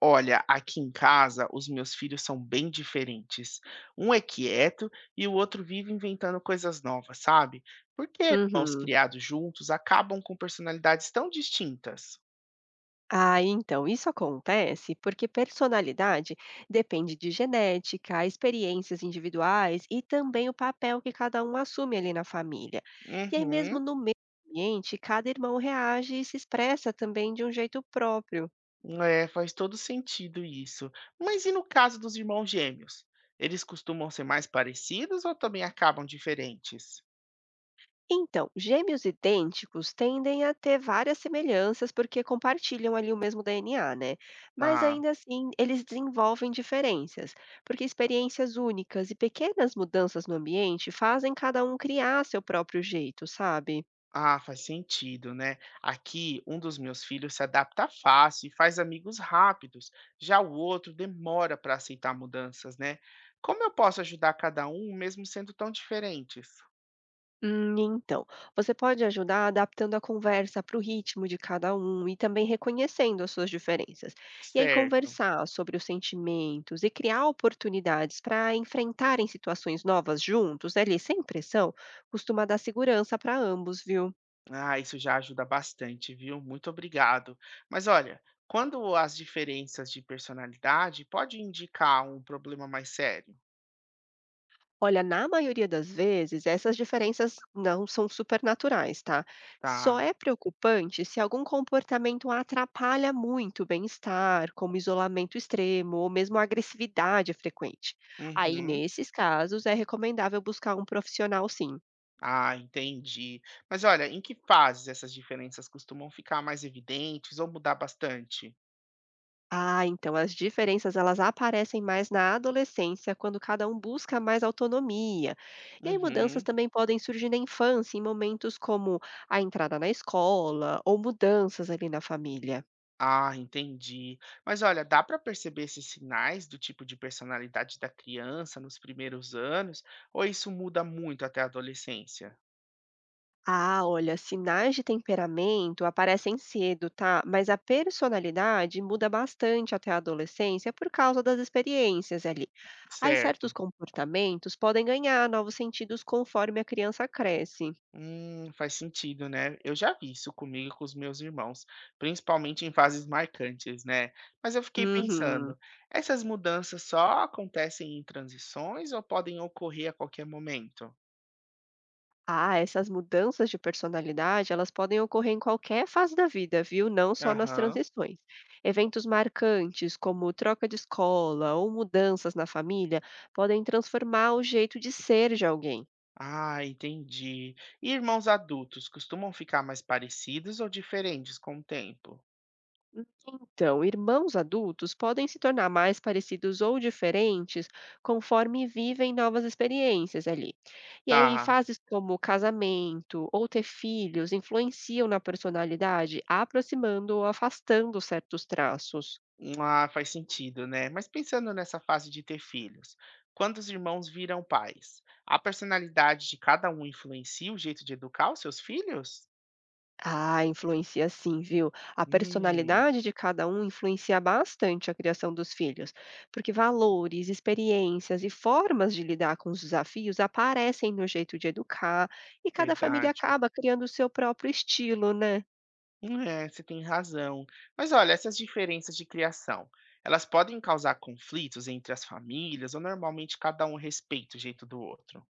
Olha, aqui em casa os meus filhos são bem diferentes. Um é quieto e o outro vive inventando coisas novas, sabe? Porque irmãos Uhum. criados juntos acabam com personalidades tão distintas. Ah, então, isso acontece porque personalidade depende de genética, experiências individuais e também o papel que cada um assume ali na família. E aí, mesmo Uhum. no mesmo ambiente, cada irmão reage e se expressa também de um jeito próprio. É, faz todo sentido isso. Mas e no caso dos irmãos gêmeos? Eles costumam ser mais parecidos ou também acabam diferentes? Então, gêmeos idênticos tendem a ter várias semelhanças porque compartilham ali o mesmo DNA, né? Mas Tá. ainda assim, eles desenvolvem diferenças, porque experiências únicas e pequenas mudanças no ambiente fazem cada um criar seu próprio jeito, sabe? Ah, faz sentido, né? Aqui, um dos meus filhos se adapta fácil e faz amigos rápidos, já o outro demora para aceitar mudanças, né? Como eu posso ajudar cada um, mesmo sendo tão diferentes? Então, você pode ajudar adaptando a conversa para o ritmo de cada um e também reconhecendo as suas diferenças. E aí, Certo. conversar sobre os sentimentos e criar oportunidades para enfrentarem situações novas juntos, ali sem pressão, costuma dar segurança para ambos, viu? Ah, isso já ajuda bastante, viu? Muito obrigado. Mas olha, quando as diferenças de personalidade pode indicar um problema mais sério, Olha, na maioria das vezes, essas diferenças não são supernaturais, tá? Só tá? é preocupante se algum comportamento atrapalha muito o bem-estar, como isolamento extremo ou mesmo agressividade frequente. Aí, Uhum. nesses casos, é recomendável buscar um profissional, sim. Ah, entendi. Mas olha, em que fases essas diferenças costumam ficar mais evidentes ou mudar bastante? Ah, então as diferenças elas aparecem mais na adolescência, quando cada um busca mais autonomia. E aí mudanças Uhum. também podem surgir na infância, em momentos como a entrada na escola ou mudanças ali na família. Ah, entendi. Mas olha, dá para perceber esses sinais do tipo de personalidade da criança nos primeiros anos, ou isso muda muito até a adolescência? Ah, olha, sinais de temperamento aparecem cedo, tá? Mas a personalidade muda bastante até a adolescência por causa das experiências ali. Aí certos Certo. comportamentos podem ganhar novos sentidos conforme a criança cresce. Faz sentido, né? Eu já vi isso comigo e com os meus irmãos, principalmente em fases marcantes, né? Mas eu fiquei pensando, Uhum. essas mudanças só acontecem em transições ou podem ocorrer a qualquer momento? Ah, essas mudanças de personalidade, elas podem ocorrer em qualquer fase da vida, viu? Não só nas Aham. transições. Eventos marcantes, como troca de escola ou mudanças na família, podem transformar o jeito de ser de alguém. Ah, entendi. E irmãos adultos costumam ficar mais parecidos ou diferentes com o tempo? Então, irmãos adultos podem se tornar mais parecidos ou diferentes conforme vivem novas experiências ali. E aí, Tá. fases como casamento ou ter filhos influenciam na personalidade, aproximando ou afastando certos traços. Ah, faz sentido, né? Mas pensando nessa fase de ter filhos, quando os irmãos viram pais, a personalidade de cada um influencia o jeito de educar os seus filhos? Ah, influencia sim, viu? A Hum, personalidade de cada um influencia bastante a criação dos filhos, porque valores, experiências e formas de lidar com os desafios aparecem no jeito de educar, e cada família verdade. acaba criando o seu próprio estilo, né? É, você tem razão. Mas olha, essas diferenças de criação, elas podem causar conflitos entre as famílias ou normalmente cada um respeita o jeito do outro?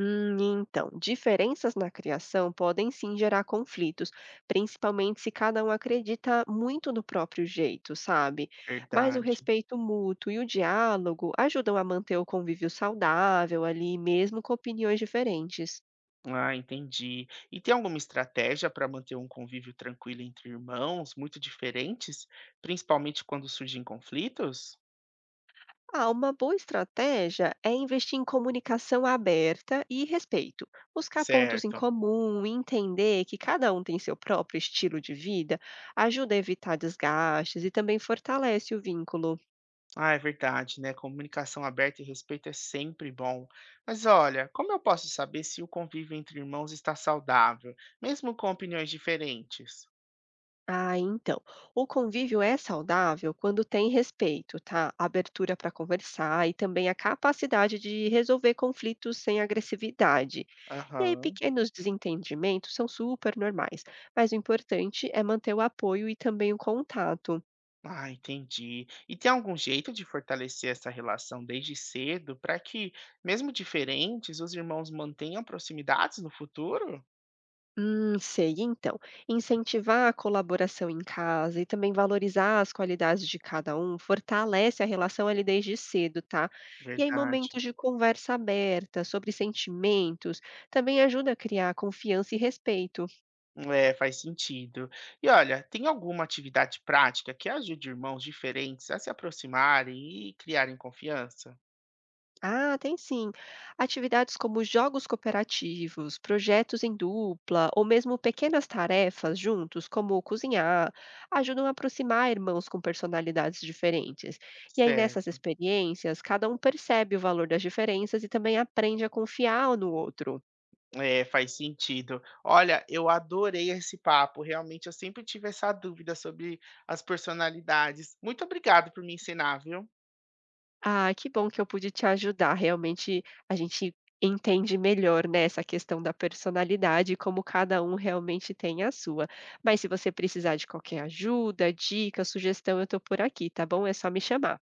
Então, diferenças na criação podem sim gerar conflitos, principalmente se cada um acredita muito no próprio jeito, sabe? Mas o Verdade. respeito mútuo e o diálogo ajudam a manter o convívio saudável ali, mesmo com opiniões diferentes. Ah, entendi. E tem alguma estratégia para manter um convívio tranquilo entre irmãos muito diferentes, principalmente quando surgem conflitos? Ah, uma boa estratégia é investir em comunicação aberta e respeito, buscar pontos em Certo. comum e entender que cada um tem seu próprio estilo de vida ajuda a evitar desgastes e também fortalece o vínculo. Ah, é verdade, né? Comunicação aberta e respeito é sempre bom. Mas olha, como eu posso saber se o convívio entre irmãos está saudável, mesmo com opiniões diferentes? Ah, então. O convívio é saudável quando tem respeito, tá? Abertura para conversar e também a capacidade de resolver conflitos sem agressividade. E aí, Aham. pequenos desentendimentos são super normais, mas o importante é manter o apoio e também o contato. Ah, entendi. E tem algum jeito de fortalecer essa relação desde cedo para que, mesmo diferentes, os irmãos mantenham proximidades no futuro? Sei. Então, incentivar a colaboração em casa e também valorizar as qualidades de cada um fortalece a relação ali desde cedo, tá? E aí, Verdade. momentos de conversa aberta sobre sentimentos também ajuda a criar confiança e respeito. É, faz sentido. E olha, tem alguma atividade prática que ajude irmãos diferentes a se aproximarem e criarem confiança? Ah, tem sim. Atividades como jogos cooperativos, projetos em dupla ou mesmo pequenas tarefas juntos, como cozinhar, ajudam a aproximar irmãos com personalidades diferentes. E aí, nessas Certo. experiências, cada um percebe o valor das diferenças e também aprende a confiar no outro. É, faz sentido. Olha, eu adorei esse papo. Realmente, eu sempre tive essa dúvida sobre as personalidades. Muito obrigado por me ensinar, viu? Ah, que bom que eu pude te ajudar. Realmente a gente entende melhor, né, essa questão da personalidade e como cada um realmente tem a sua. Mas se você precisar de qualquer ajuda, dica, sugestão, eu tô por aqui, tá bom? É só me chamar.